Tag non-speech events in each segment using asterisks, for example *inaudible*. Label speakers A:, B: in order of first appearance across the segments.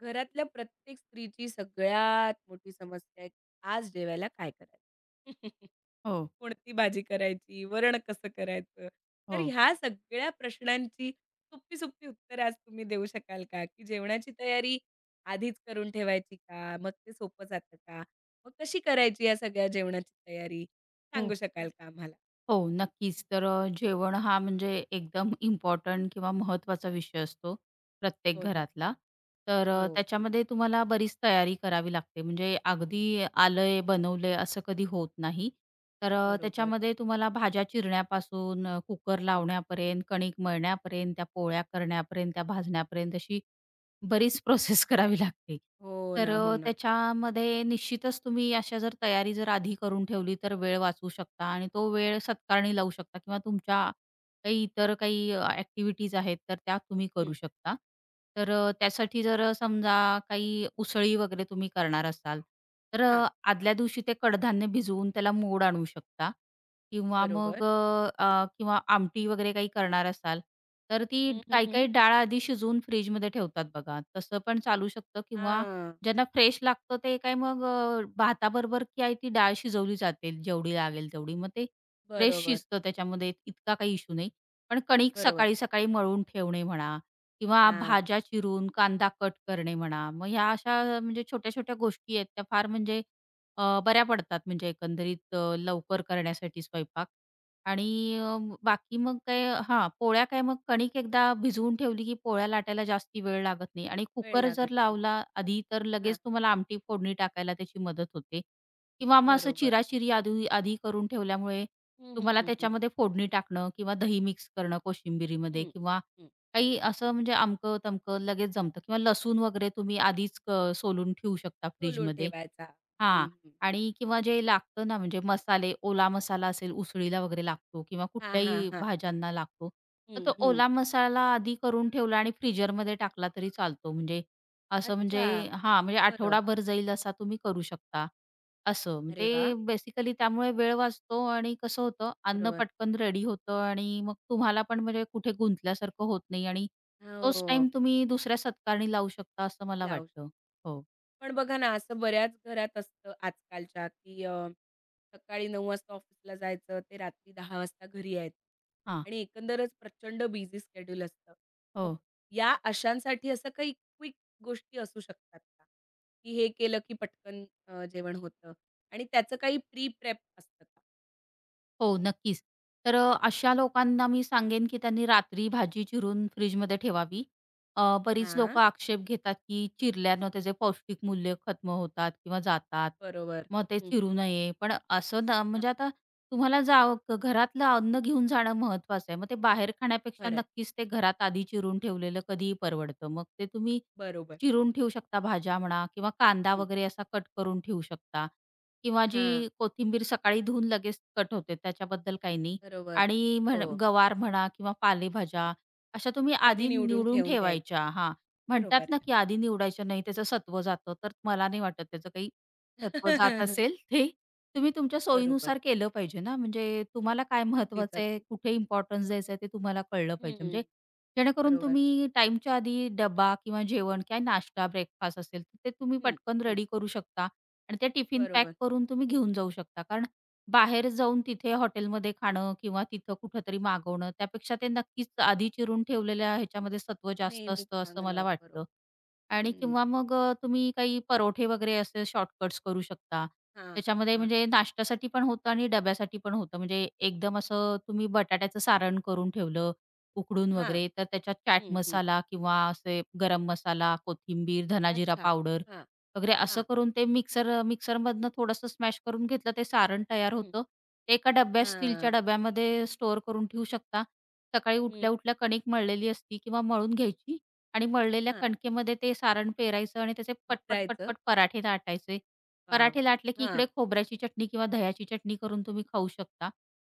A: घरातल्या प्रत्येक स्त्रीची सगळ्यात मोठी समस्या आहे, आज जेवायला काय करायचं? *laughs*
B: हो,
A: कोणती भाजी करायची? वरण कसं करायचं? तर
B: हो,
A: ह्या सगळ्या प्रश्नांची सोपी-सोपी उत्तरं आज तुम्ही देऊ शकाल का? की जेवणाची तयारी आधीच करून ठेवायची का? मग ते सोपं जातं का? मग कशी करायची या सगळ्या जेवणाची तयारी? सांगू
B: हो,
A: शकाल का आम्हाला?
B: हो, नक्कीच. तर जेवण हा म्हणजे एकदम इम्पॉर्टंट किंवा महत्त्वाचा विषय असतो प्रत्येक
A: हो ना.
B: घरातला. तर
A: हो,
B: त्याच्यामध्ये तुम्हाला बरीच तयारी करावी लागते. म्हणजे अगदी आलंय, बनवलंय असं कधी होत नाही. तर
A: बरोबर.
B: त्याच्यामध्ये तुम्हाला भाज्या चिरण्यापासून, कुकर
A: हं,
B: लावण्यापर्यंत, कणिक मळण्यापर्यंत, त्या पोळ्या
A: हं, हं.
B: करण्यापर्यंत, त्या भाजण्यापर्यंत अशी बरीच प्रोसेस *laughs* करावी लागते.
A: हो
B: तर
A: ना, हो ना.
B: त्याच्यामध्ये निश्चितच तुम्ही अशा जर तयारी जर आधी करून ठेवली तर वेळ वाचवू शकता आणि तो वेळ सत्कारणी लावू शकता किंवा तुमच्या काही इतर काही ॲक्टिव्हिटीज आहेत तर त्या तुम्ही
A: हं.
B: करू शकता. तर त्यासाठी जर समजा काही उसळी वगैरे तुम्ही करणार असाल, तर
A: हां, हां.
B: आदल्या दिवशी ते कडधान्य भिजवून त्याला मोड आणू शकता किंवा
A: बरोबर.
B: मग अ, अ, किंवा आमटी वगैरे काही करणार असाल, तर ती काही काही डाळ आधी शिजवून फ्रिजमध्ये ठेवतात बघा. तसं पण चालू शकतं किंवा
A: हां.
B: ज्यांना फ्रेश लागतं ते काय मग भाताबरोबर काय ती डाळ शिजवली जाते जेवढी लागेल तेवढी. मग ते फ्रेश
A: बरोबर,
B: शिजतं त्याच्यामध्ये इतका काही इश्यू नाही. पण कणिक
A: बरोबर.
B: सकाळी-सकाळी मळून ठेवणे म्हणा किंवा
A: हां,
B: भाज्या चिरून कांदा कट करणे म्हणा, मग ह्या अशा म्हणजे छोट्या-छोट्या गोष्टी आहेत त्या फार म्हणजे बऱ्या पडतात म्हणजे एकंदरीत लवकर करण्यासाठी स्वयंपाक आणि अ, बाकी मग काय हां, पोळ्या काय मग कणिक एकदा भिजवून ठेवली, की पोळ्या लाटायला जास्ती वेळ लागत नाही आणि
A: वेळ
B: कुकर जर
A: लागत नाही.
B: लावला आधी, तर
A: हां,
B: लगेच तुम्हाला आमटी फोडणी टाकायला त्याची मदत होते किंवा मग असं
A: बरोबर.
B: चिराचिरी आधी आधी करून ठेवल्यामुळे
A: हं, हं,
B: तुम्हाला
A: हं, हं.
B: त्याच्यामध्ये फोडणी टाकणं किंवा दही मिक्स करणं कोशिंबिरीमध्ये
A: हं,
B: किंवा
A: हं.
B: काही असं म्हणजे अमकं-तमकं लगेच जमतं किंवा लसूण वगैरे तुम्ही आधीच सोलून ठेवू शकता
A: तोलून
B: फ्रिजमध्ये.
A: ठेवायचा.
B: हां.
A: हं, हं, हं.
B: आणि किंवा जे लागतं ना, म्हणजे मसाले, ओला मसाला असेल, उसळीला वगैरे लागतो किंवा
A: हां, हां,
B: कुठल्याही
A: हां.
B: भाज्यांना लागतो. तर
A: हं,
B: तो
A: हं.
B: ओला मसाला आधी करून ठेवला आणि फ्रीजरमध्ये टाकला तरी चालतो. म्हणजे असं म्हणजे
A: अच्छा.
B: हां, म्हणजे
A: बरं.
B: आठवडाभर जाईल असा तुम्ही करू शकता. असं. मग
A: अरे वाह!
B: ते बेसिकली त्यामुळे वेळ वाचतो आणि कसं होतं, अन्न
A: बरोबर.
B: पटकन रेडी होतं आणि मग तुम्हाला पण म्हणजे कुठे गुंतल्यासारखं होत नाही आणि तोच
A: हो.
B: टाईम तुम्ही दुसऱ्या सत्कारणी लावू शकता असं मला
A: लावू
B: वाटतं. हो.
A: पण बघा ना, असं बऱ्याच घरात असतं आजकालच्या, की सकाळी 9:00 वाजता ऑफिसला जायचं, ते रात्री 10 वाजता घरी यायचं
B: हां.
A: आणि एकंदरच प्रचंड बिझी शेड्यूल असतं. मग
B: हो.
A: या अशांसाठी असं काही क्विक गोष्टी असू शकतात का? की हे केलं की पटकन जेवण होतं आणि त्याचं काही प्री प्रेप असतं का?
B: नक्कीच. तर अशा लोकांना मी सांगेन, की त्यांनी रात्री भाजी चिरून फ्रिजमध्ये ठेवावी. बरीच
A: हां,
B: लोकं आक्षेप घेतात, की चिरल्यानं त्याचे पौष्टिक मूल्य खत्म होतात किंवा जातात.
A: बरोबर.
B: मग ते
A: हं,
B: चिरू नये. पण असं ना
A: हां,
B: म्हणजे आता तुम्हाला जाव घरातलं अन्न घेऊन जाणं महत्त्वाचं आहे. मग ते बाहेर खाण्यापेक्षा
A: खरं
B: नक्कीच ते घरात आधी चिरून ठेवलेलं कधीही परवडतं. मग ते तुम्ही
A: बरोबर.
B: चिरून ठेवू शकता भाज्या म्हणा किंवा कांदा
A: हं.
B: वगैरे असा कट करून ठेवू शकता. किंवा
A: हां,
B: जी कोथिंबीर सकाळी धुवून लगेच कट होते त्याच्याबद्दल काही नाही
A: बरोबर.
B: आणि
A: हो.
B: म्हण गवार म्हणा किंवा पालेभाज्या अशा तुम्ही
A: आधी
B: आधी
A: निवडून
B: निवडून
A: ठेवून द्यायच्या.
B: ठेवायच्या. हां, म्हणतात
A: बरोबर
B: ना,
A: आहे.
B: की आधी निवडायच्या नाही त्याचं सत्व जातं. तर मला नाही वाटत त्याचं काही सत्व जात
A: *laughs*
B: असेल ते तुम्ही तुमच्या
A: बरोबर.
B: सोयीनुसार केलं पाहिजे ना, म्हणजे
A: हं.
B: तुम्हाला काय
A: अगदीच,
B: महत्वाचं आहे,
A: अगदीच.
B: कुठे इम्पोर्टन्स द्यायचं आहे ते तुम्हाला कळलं पाहिजे.
A: हं.
B: म्हणजे जेणेकरून
A: बरोबर.
B: तुम्ही टाईमच्या आधी डब्बा किंवा जेवण किंवा नाश्ता, ब्रेकफास्ट असेल, तर ते तुम्ही
A: हं,
B: पटकन
A: हं.
B: रेडी करू शकता आणि ते टिफिन पॅक
A: बरोबर.
B: करून तुम्ही घेऊन जाऊ शकता. कारण बाहेर जाऊन तिथे हॉटेलमध्ये खाणं किंवा तिथं कुठेतरी मागवणं त्यापेक्षा ते नक्कीच
A: हां.
B: आधी चिरून ठेवलेल्या ह्याच्यामध्ये सत्व जास्त
A: नेहमी
B: असतं असं मला
A: चांगलं. बरोबर.
B: वाटतं. आणि
A: हं.
B: किंवा मग तुम्ही काही परोठे वगैरे असे शॉर्टकट्स करू शकता.
A: हां,
B: त्याच्यामध्ये
A: हां.
B: म्हणजे नाश्त्यासाठी पण होतं आणि डब्यासाठी पण होतं. म्हणजे एकदम असं तुम्ही बटाट्याचं सारण करून ठेवलं, उकडून
A: हां.
B: वगैरे, तर त्याच्यात चाट
A: हं, हं.
B: मसाला किंवा असे गरम मसाला, कोथिंबीर, धनाजिरा
A: अच्छा.
B: पावडर
A: हां,
B: वगैरे असं
A: हां.
B: करून ते मिक्सरमधनं थोडंसं स्मॅश करून घेतलं, ते सारण तयार
A: हं.
B: होतं. ते एका डब्यात स्टीलच्या
A: हां.
B: डब्यामध्ये स्टोअर करून ठेवू शकता. सकाळी
A: हं.
B: उठल्या-उठल्या कणिक मळलेली असती किंवा मळून घ्यायची आणि मळलेल्या
A: हां.
B: कणकेमध्ये ते सारण पेरायचं आणि त्याचे पटपट,
A: भरायचं.
B: पटपट पराठे लाटायचे.
A: वाह! वाह!
B: पराठे लाटले की इकडे
A: हां.
B: खोबऱ्याची चटणी किंवा दह्याची चटणी करून तुम्ही खाऊ शकता.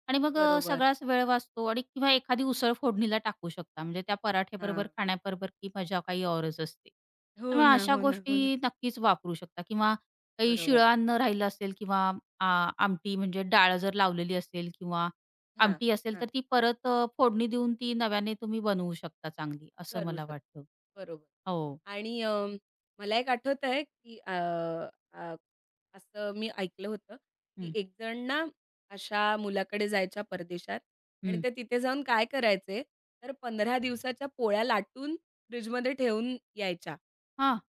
B: आणि मग
A: बरोबर.
B: सगळाच वेळ वाचतो आणि किंवा एखादी उसळ फोडणीला टाकू शकता. म्हणजे त्या पराठ्याबरोबर
A: हां.
B: खाण्याबरोबर ती मजा काही औरच असते.
A: हो
B: तर मग
A: ना,
B: अशा
A: हो ना,
B: गोष्टी
A: हो ना.
B: नक्कीच वापरू शकता किंवा काही शिळं
A: बरोबर.
B: अन्न राहिलं असेल किंवा आ आमटी म्हणजे डाळ जर लावलेली असेल किंवा
A: हां,
B: आमटी असेल
A: हां.
B: तर ती परत फोडणी देऊन ती नव्याने तुम्ही बनवू शकता चांगली, असं
A: करू
B: मला
A: शकतो.
B: वाटतं.
A: बरोबर.
B: हो.
A: आणि मला एक आठवतंय, की अ, अ, असं मी ऐकलं होतं, की
B: हं,
A: एक जण ना अशा मुलाकडे जायच्या परदेशात आणि
B: हं.
A: ते तिथे जाऊन काय करायचे, तर 15 दिवसाच्या पोळ्या लाटून फ्रिजमध्ये ठेवून यायच्या.
B: हां,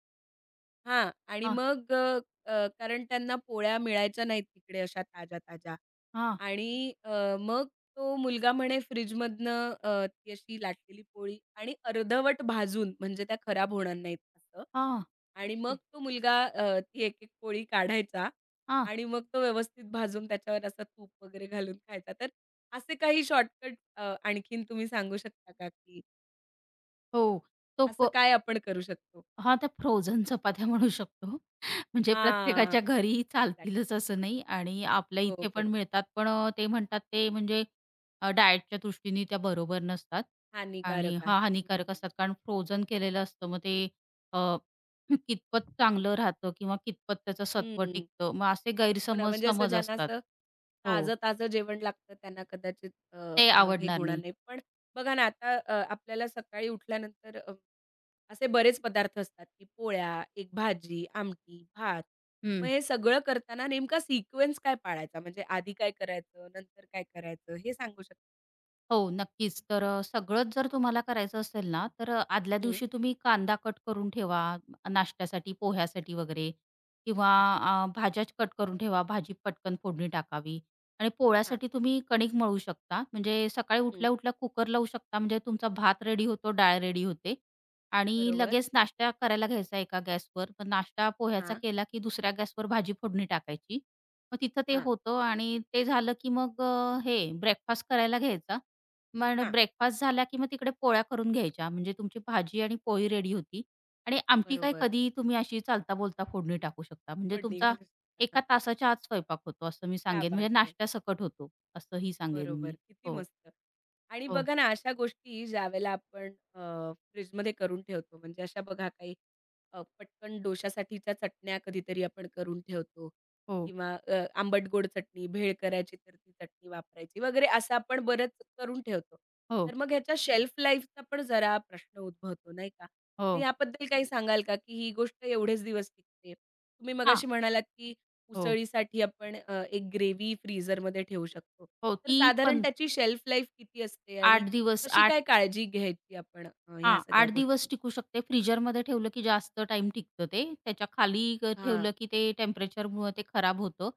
A: हां. आणि
B: हां,
A: मग अ, अ, कारण त्यांना पोळ्या मिळायच्या नाहीत तिकडे अशा ताज्या-ताज्या.
B: हां,
A: आणि मग तो मुलगा म्हणे फ्रिजमधनं ती अशी लाटलेली पोळी आणि अर्धवट भाजून म्हणजे त्या खराब होणार नाहीत असं.
B: हां.
A: आणि मग
B: ते
A: तो मुलगा ती एक-एक पोळी काढायचा
B: हां.
A: आणि मग तो व्यवस्थित भाजून त्याच्यावर असं तूप वगैरे घालून खायचा. तर असे काही शॉर्टकट आणखीन तुम्ही सांगू शकता का, की
B: हो. तो
A: असं
B: प
A: काय आपण करू शकतो?
B: हां, त्या फ्रोझन चपात्या *laughs* म्हणू शकतो. म्हणजे प्रत्येकाच्या
A: हां.
B: घरी
A: एक्झॅक्टली.
B: चालतीलच असं नाही आणि आपल्या
A: हो,
B: इथे पण
A: बरोबर.
B: मिळतात. पण ते म्हणतात ते म्हणजे डाएटच्या दृष्टीने त्या बरोबर नसतात आणि
A: हानिकारक आहे.
B: हां,
A: हं,
B: हानिकारक असतात. कारण फ्रोझन केलेलं असतं. मग ते अ, कितपत चांगलं राहतं किंवा कितपत त्याचं सत्व
A: हं.
B: टिकतं. मग असे
A: हो ना,
B: गैरसमज
A: म्हणजे असं
B: समज
A: ज्यांना
B: असतात.
A: असं
B: हो,
A: ताजं-ताजं जेवण लागतं त्यांना कदाचित अ,
B: ते
A: अ, हे
B: आवडणार
A: होणार
B: नाही.
A: नाही. पण बघा ना, आता आपल्याला सकाळी उठल्यानंतर असे बरेच पदार्थ असतात, की पोळ्या, एक भाजी, आमटी, भात. मग
B: हं.
A: हे सगळं करताना नेमका सिक्वेन्स काय पाळायचा? म्हणजे आधी काय करायचं, नंतर काय करायचं हे सांगू शकता?
B: नक्कीच. तर सगळंच जर तुम्हाला करायचं असेल ना, तर आदल्या
A: हं.
B: दिवशी तुम्ही कांदा कट करून ठेवा नाश्त्यासाठी, पोह्यासाठी वगैरे किंवा
A: अच्छा.
B: भाज्या कट करून ठेवा. भाजी पटकन फोडणी टाकावी आणि
A: हां.
B: पोळ्यासाठी तुम्ही कणिक मळू शकता. म्हणजे सकाळी
A: हं.
B: उठल्या-उठल्या कुकर लावू शकता. म्हणजे तुमचा भात रेडी होतो, डाळ रेडी होते आणि
A: बरोबर.
B: लगेच नाश्ता करायला घ्यायचा एका गॅसवर. पण नाश्ता पोह्याचा
A: हां,
B: केला की दुसऱ्या गॅसवर भाजी फोडणी टाकायची. मग तिथं ते
A: हां,
B: होतं आणि ते झालं की मग हे ब्रेकफास्ट करायला घ्यायचा मग
A: हां.
B: ब्रेकफास्ट झाला, की मग तिकडे पोळ्या करून घ्यायच्या. म्हणजे तुमची भाजी आणि पोळी रेडी होती आणि आमटी काय
A: बरोबर.
B: कधीही तुम्ही अशी चालता-बोलता फोडणी टाकू शकता. म्हणजे
A: फोडणी
B: तुमचा
A: घालू शकता. हां.
B: एका तासाच्या आत स्वयंपाक होतो असं मी
A: क्या
B: सांगेन.
A: बात
B: म्हणजे
A: है!
B: नाश्त्यासकट होतो असंही सांगेन मी.
A: बरोबर. किती
B: हो.
A: मस्त. आणि
B: हो,
A: बघा ना, अशा गोष्टी ज्यावेळेला आपण फ्रिजमध्ये करून ठेवतो, म्हणजे अशा बघा काही पटकन डोशासाठीच्या चटण्या कधीतरी आपण करून ठेवतो
B: हो,
A: किंवा आंबट-गोड चटणी, भेळ करायची तर ती चटणी वापरायची वगैरे असं आपण बरंच करून ठेवतो. तर
B: हो,
A: मग ह्याच्या शेल्फ लाईफचा पण जरा प्रश्न उद्भवतो, नाही का? मग
B: हो,
A: याबद्दल काही सांगाल का, की ही गोष्ट एवढेच दिवस टिकते? तुम्ही
B: हां.
A: मगाशी म्हणालात की
B: हो.
A: उसळीसाठी आपण एक ग्रेव्ही फ्रीझरमध्ये ठेवू शकतो.
B: हो,
A: तर
B: ती
A: साधारण
B: पण
A: त्याची शेल्फ लाईफ किती असते आणि
B: 8 दिवस
A: कशी
B: 8
A: काय काळजी घ्यायची आपण ह्या
B: हां,
A: सगळ्या
B: 8 दिवस
A: गोष्टी?
B: टिकू शकते. फ्रीजरमध्ये ठेवलं की जास्त टाइम टिकतं ते. त्याच्या खाली
A: हां,
B: ठेवलं की ते टेम्परेचरमुळं ते खराब होतं.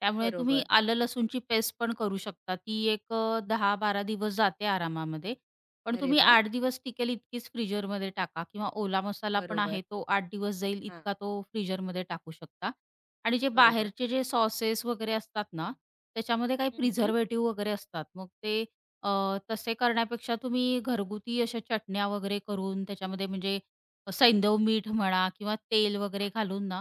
B: त्यामुळे तुम्ही
A: बरोबर.
B: आलं लसूणची पेस्ट पण करू शकता. ती एक 10-12 दिवस जाते आरामामध्ये. पण
A: अरे
B: तुम्ही
A: वाह!
B: 8 दिवस टिकेल इतकीच फ्रीजरमध्ये टाका किंवा ओला मसाला पण
A: बरोबर.
B: आहे तो 8 दिवस जाईल
A: हां,
B: इतका तो फ्रीजरमध्ये टाकू शकता. आणि जे
A: बरोबर.
B: बाहेरचे जे सॉसेस वगैरे असतात ना, त्याच्यामध्ये काही
A: हं, हं.
B: प्रिझर्व्हेटिव्ह वगैरे असतात. मग ते तसे करण्यापेक्षा तुम्ही घरगुती अशा चटण्या वगैरे करून त्याच्यामध्ये म्हणजे सैंधव मीठ म्हणा किंवा तेल वगैरे
A: हां.
B: घालून ना,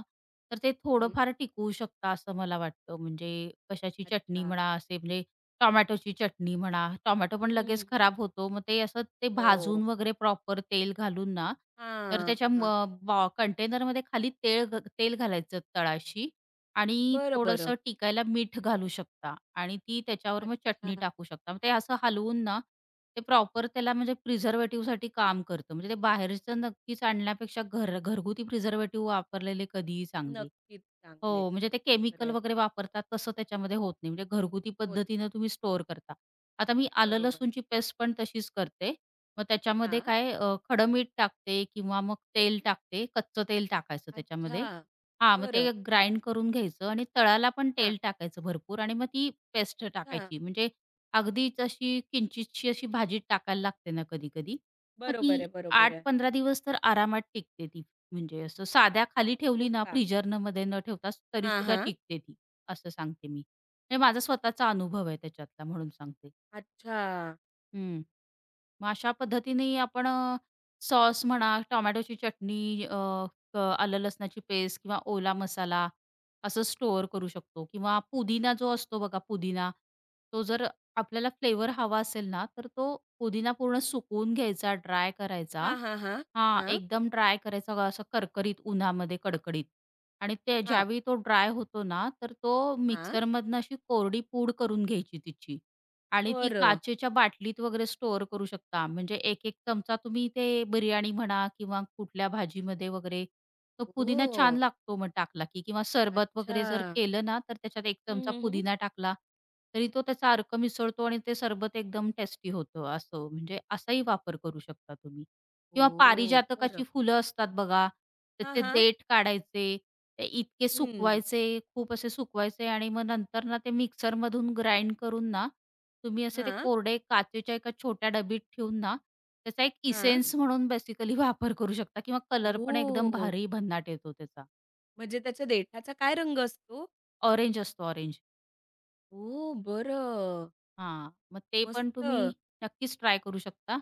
B: तर ते
A: हं.
B: थोडंफार टिकवू शकता असं मला वाटतं. म्हणजे कशाची चटणी
A: अच्छा.
B: म्हणा असे म्हणजे टोमॅटोची चटणी म्हणा, टोमॅटो पण
A: हं, हं.
B: लगेच खराब होतो. मग ते असं ते भाजून
A: हो.
B: वगैरे प्रॉपर तेल घालून ना, तर
A: हां,
B: त्याच्या
A: हां.
B: कंटेनरमध्ये खाली तेल घालायचं तळाशी आणि
A: बरं, बरं.
B: थोडंसं टिकायला मीठ घालू शकता आणि ती त्याच्यावर मग
A: अच्छा.
B: चटणी टाकू शकता. मग ते असं हलवून ना, ते प्रॉपर त्याला म्हणजे प्रिझर्व्हेटिव्हसाठी काम करतं. म्हणजे ते बाहेरचं नक्कीच आणण्यापेक्षा घरगुती प्रिझर्व्हेटिव्ह वापरलेले कधीही चांगले.
A: नक्कीच चांगले.
B: हो, म्हणजे ते
A: अगदी खरं
B: केमिकल
A: आहे.
B: वगैरे वापरतात तसं त्याच्यामध्ये होत नाही. म्हणजे घरगुती
A: होत नाही.
B: पद्धतीनं तुम्ही स्टोअर करता. आता मी आलं
A: बरोबर.
B: लसूणची पेस्ट पण तशीच करते. मग त्याच्यामध्ये
A: हां.
B: काय खडं मीठ टाकते किंवा मग तेल टाकते. कच्चं तेल टाकायचं
A: अच्छा.
B: त्याच्यामध्ये. हां, मग
A: बरं.
B: ते ग्राइंड करून घ्यायचं आणि तळाला पण
A: हां.
B: तेल टाकायचं भरपूर आणि मग ती पेस्ट
A: अच्छा.
B: टाकायची. म्हणजे अगदीच अशी किंचितशी अशी भाजीत टाकायला लागते ना कधी-कधी. मग ती
A: बरोबर आहे, बरोबर आहे.
B: 8-15 दिवस तर आरामात टिकते ती. म्हणजे असं साध्या खाली
A: हो
B: ठेवली ना
A: का?
B: फ्रिजरमध्ये न ठेवता
A: हां,
B: तरीसुद्धा
A: हां.
B: टिकते ती, असं सांगते मी. म्हणजे माझा स्वतःचा अनुभव आहे त्याच्यातला म्हणून सांगते.
A: अच्छा.
B: हं. मग अशा पद्धतीने आपण सॉस म्हणा, टोमॅटोची चटणी, अ, क आलं लसणाची पेस्ट किंवा ओला मसाला असं स्टोअर करू शकतो किंवा पुदिना जो असतो बघा पुदिना, तो जर आपल्याला फ्लेवर हवा असेल ना, तर तो पुदिना पूर्ण सुकवून घ्यायचा, ड्राय
A: हां,
B: करायचा.
A: हां, हां.
B: हां,
A: हां,
B: एकदम ड्राय करायचा असं करकरीत उन्हामध्ये कडकडीत आणि ते
A: हां,
B: ज्यावेळी तो ड्राय होतो ना, तर तो
A: हां.
B: मिक्सरमधनं अशी कोरडी पूड करून घ्यायची तिची. आणि ती
A: बरं.
B: काचेच्या बाटलीत वगैरे स्टोअर करू शकता. म्हणजे एक एक चमचा तुम्ही ते बिर्याणी म्हणा किंवा कुठल्या भाजीमध्ये वगैरे तो पुदिना
A: ओह!
B: छान लागतो मग टाकला की किंवा सरबत
A: अच्छा.
B: वगैरे जर केलं ना, तर त्याच्यात 1
A: हं,
B: चमचा
A: हं, हं.
B: पुदिना टाकला, तरी तो त्याचा अर्क मिसळतो आणि ते सरबत एकदम टेस्टी होतं असं. म्हणजे असाही वापर करू शकता तुम्ही. किंवा
A: ओह!
B: पारिजातकाची
A: बरं.
B: फुलं असतात बघा,
A: हां,
B: त्याचे
A: हां.
B: देठ काढायचे ते इतके
A: हं.
B: सुकवायचे, खूप असे सुकवायचे आणि मग नंतर ना ते मिक्सरमधून ग्राइंड करून ना, तुम्ही असे ते
A: हां,
B: कोरडे काचेच्या एका छोट्या डबीत ठेवून ना, त्याचा एक
A: हां.
B: इसेन्स म्हणून बेसिकली *laughs* वापर करू शकता किंवा कलर पण एकदम
A: ओह!
B: भारी भन्नाट येतो त्याचा.
A: म्हणजे त्याच्या देठाचा काय रंग असतो?
B: ऑरेंज असतो.
A: ओह! बरं.
B: हां, मग ते
A: मस्त.
B: पण तुम्ही नक्कीच ट्राय करू शकता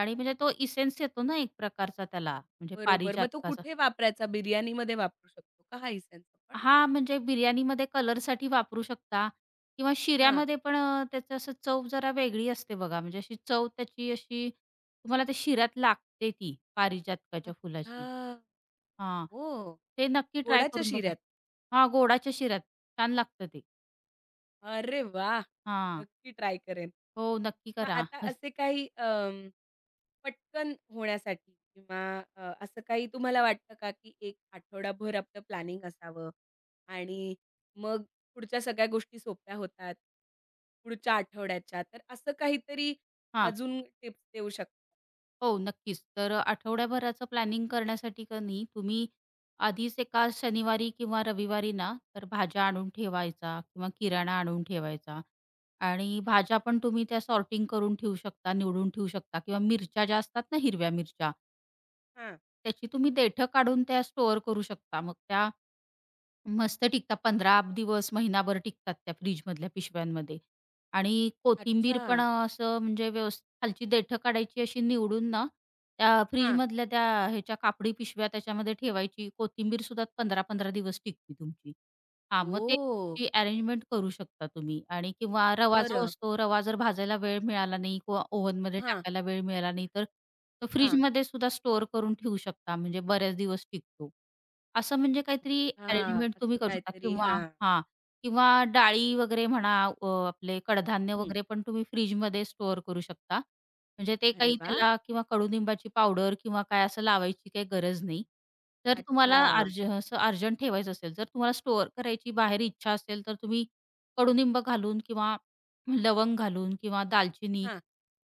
B: आणि म्हणजे तो इसेन्स येतो ना एक प्रकारचा त्याला म्हणजे
A: बरोबर. मग तो
B: पारिजातकाचा.
A: कुठे वापरायचा? बिर्याणीमध्ये वापरू शकतो का हा इसेन्स आपण?
B: हां, म्हणजे बिर्याणीमध्ये कलरसाठी वापरू शकता किंवा
A: हां.
B: शिऱ्यामध्ये पण त्याचं असं चव जरा वेगळी असते बघा, म्हणजे अशी चव त्याची अशी तुम्हाला त्या शिऱ्यात लागते ती पारिजातकाच्या
A: अच्छा.
B: फुलाची. हां,
A: हो.
B: ते नक्की ट्राय
A: गोडाच्या
B: करून बघा.
A: शिऱ्यात?
B: हां, गोडाच्या शिऱ्यात छान लागतं ते.
A: अरे वाह!
B: हां,
A: नक्की ट्राय करेन.
B: हो, नक्की
A: मग
B: करा.
A: आता
B: *laughs*
A: असे काही पटकन होण्यासाठी किंवा असं काही तुम्हाला वाटतं का, की एक आठवडाभर आपलं प्लॅनिंग असावं आणि मग पुढच्या सगळ्या गोष्टी सोप्या होतात, पुढच्या आठवड्याच्या. तर असं काहीतरी
B: हां.
A: अजून टिप्स देऊ शकता?
B: नक्कीच. तर आठवड्याभराचं प्लॅनिंग करण्यासाठी का नाही तुम्ही आधीच एका शनिवारी किंवा रविवारी ना, तर भाज्या आणून ठेवायचा किंवा किराणा आणून ठेवायचा आणि भाज्या पण तुम्ही त्या सॉर्टिंग करून ठेवू शकता, निवडून ठेवू शकता किंवा मिरच्या ज्या असतात ना, हिरव्या मिरच्या,
A: हां.
B: त्याची तुम्ही देठं काढून त्या स्टोअर करू शकता. मग त्या मस्त टिकतात. 15 दिवस, महिनाभर टिकतात त्या फ्रिजमधल्या पिशव्यांमध्ये. आणि कोथिंबीर
A: अच्छा.
B: पण असं म्हणजे व्यवस्थित खालची देठं काढायची अशी निवडून ना, त्या
A: हां.
B: फ्रिजमधल्या त्या ह्याच्या कापडी पिशव्या त्याच्यामध्ये ठेवायची. कोथिंबीरसुद्धा 15-15 दिवस टिकते तुमची. हां, मग ते
A: ओह!
B: अशी अरेंजमेंट करू शकता तुम्ही. आणि किंवा रवा जो
A: बरं.
B: असतो, रवा जर भाजायला वेळ मिळाला नाही किंवा ओव्हनमध्ये
A: हां, हां,
B: टाकायला वेळ मिळाला नाही, तर तो
A: हां.
B: फ्रिजमध्ये सुद्धा स्टोअर करून ठेवू शकता. म्हणजे बऱ्याच दिवस टिकतो. असं म्हणजे काहीतरी
A: हां,
B: अरेंजमेंट तुम्ही
A: असं
B: करू शकता
A: काहीतरी.
B: किंवा
A: हां.
B: हां. किंवा डाळी वगैरे म्हणा, आपले कडधान्य
A: हं.
B: वगैरे पण तुम्ही फ्रिजमध्ये स्टोअर करू शकता. म्हणजे ते
A: अरे
B: काही
A: वाह!
B: त्याला किंवा कडुनिंबाची पावडर किंवा काय असं लावायची काही गरज नाही. जर तुम्हाला
A: अच्छा.
B: असं अर्जंट ठेवायचं असेल, जर तुम्हाला स्टोअर करायची बाहेर इच्छा असेल, तर तुम्ही कडुनिंब घालून किंवा लवंग घालून किंवा दालचिनी
A: हां.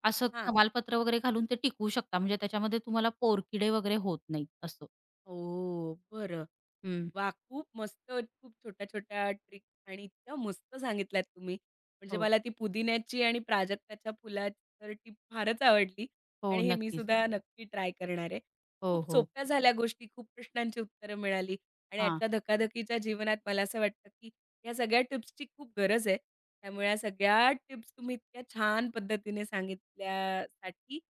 B: असं
A: हां.
B: तमालपत्र वगैरे घालून ते टिकवू शकता. म्हणजे त्याच्यामध्ये तुम्हाला पोरकिडे वगैरे होत नाहीत असं.
A: ओह! बरं.
B: हं.
A: वाह! खूप मस्त, खूप छोट्या-छोट्या ट्रिक आणि इतक्या मस्त सांगितल्यात तुम्ही. म्हणजे मला ती पुदिन्याची आणि प्राजक्ताच्या फुलाची तर टीप फारच आवडली
B: हो,
A: आणि हे मी
B: नक्कीच.
A: सुद्धा नक्की ट्राय करणार आहे.
B: हो,
A: खूप
B: हो.
A: सोप्या झाल्या गोष्टी, खूप प्रश्नांची उत्तरं मिळाली आणि
B: हां.
A: आजच्या धकाधकीच्या जीवनात मला असं वाटतं, की या सगळ्या टिप्सची खूप गरज आहे. त्यामुळे या सगळ्या टिप्स तुम्ही इतक्या छान पद्धतीने सांगितल्यासाठी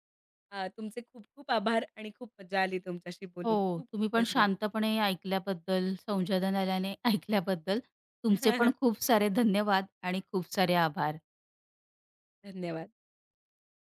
A: अ, तुमचे खूप खूप आभार आणि खूप मजा आली तुमच्याशी बोलून.
B: हो,
A: खूप खूप
B: तुम्ही पण
A: धन्यवाद.
B: शांतपणे ऐकल्याबद्दल, संशोधनालयाने ऐकल्याबद्दल तुमचे पण
A: *laughs*
B: खूप सारे धन्यवाद आणि खूप सारे आभार.
A: धन्यवाद.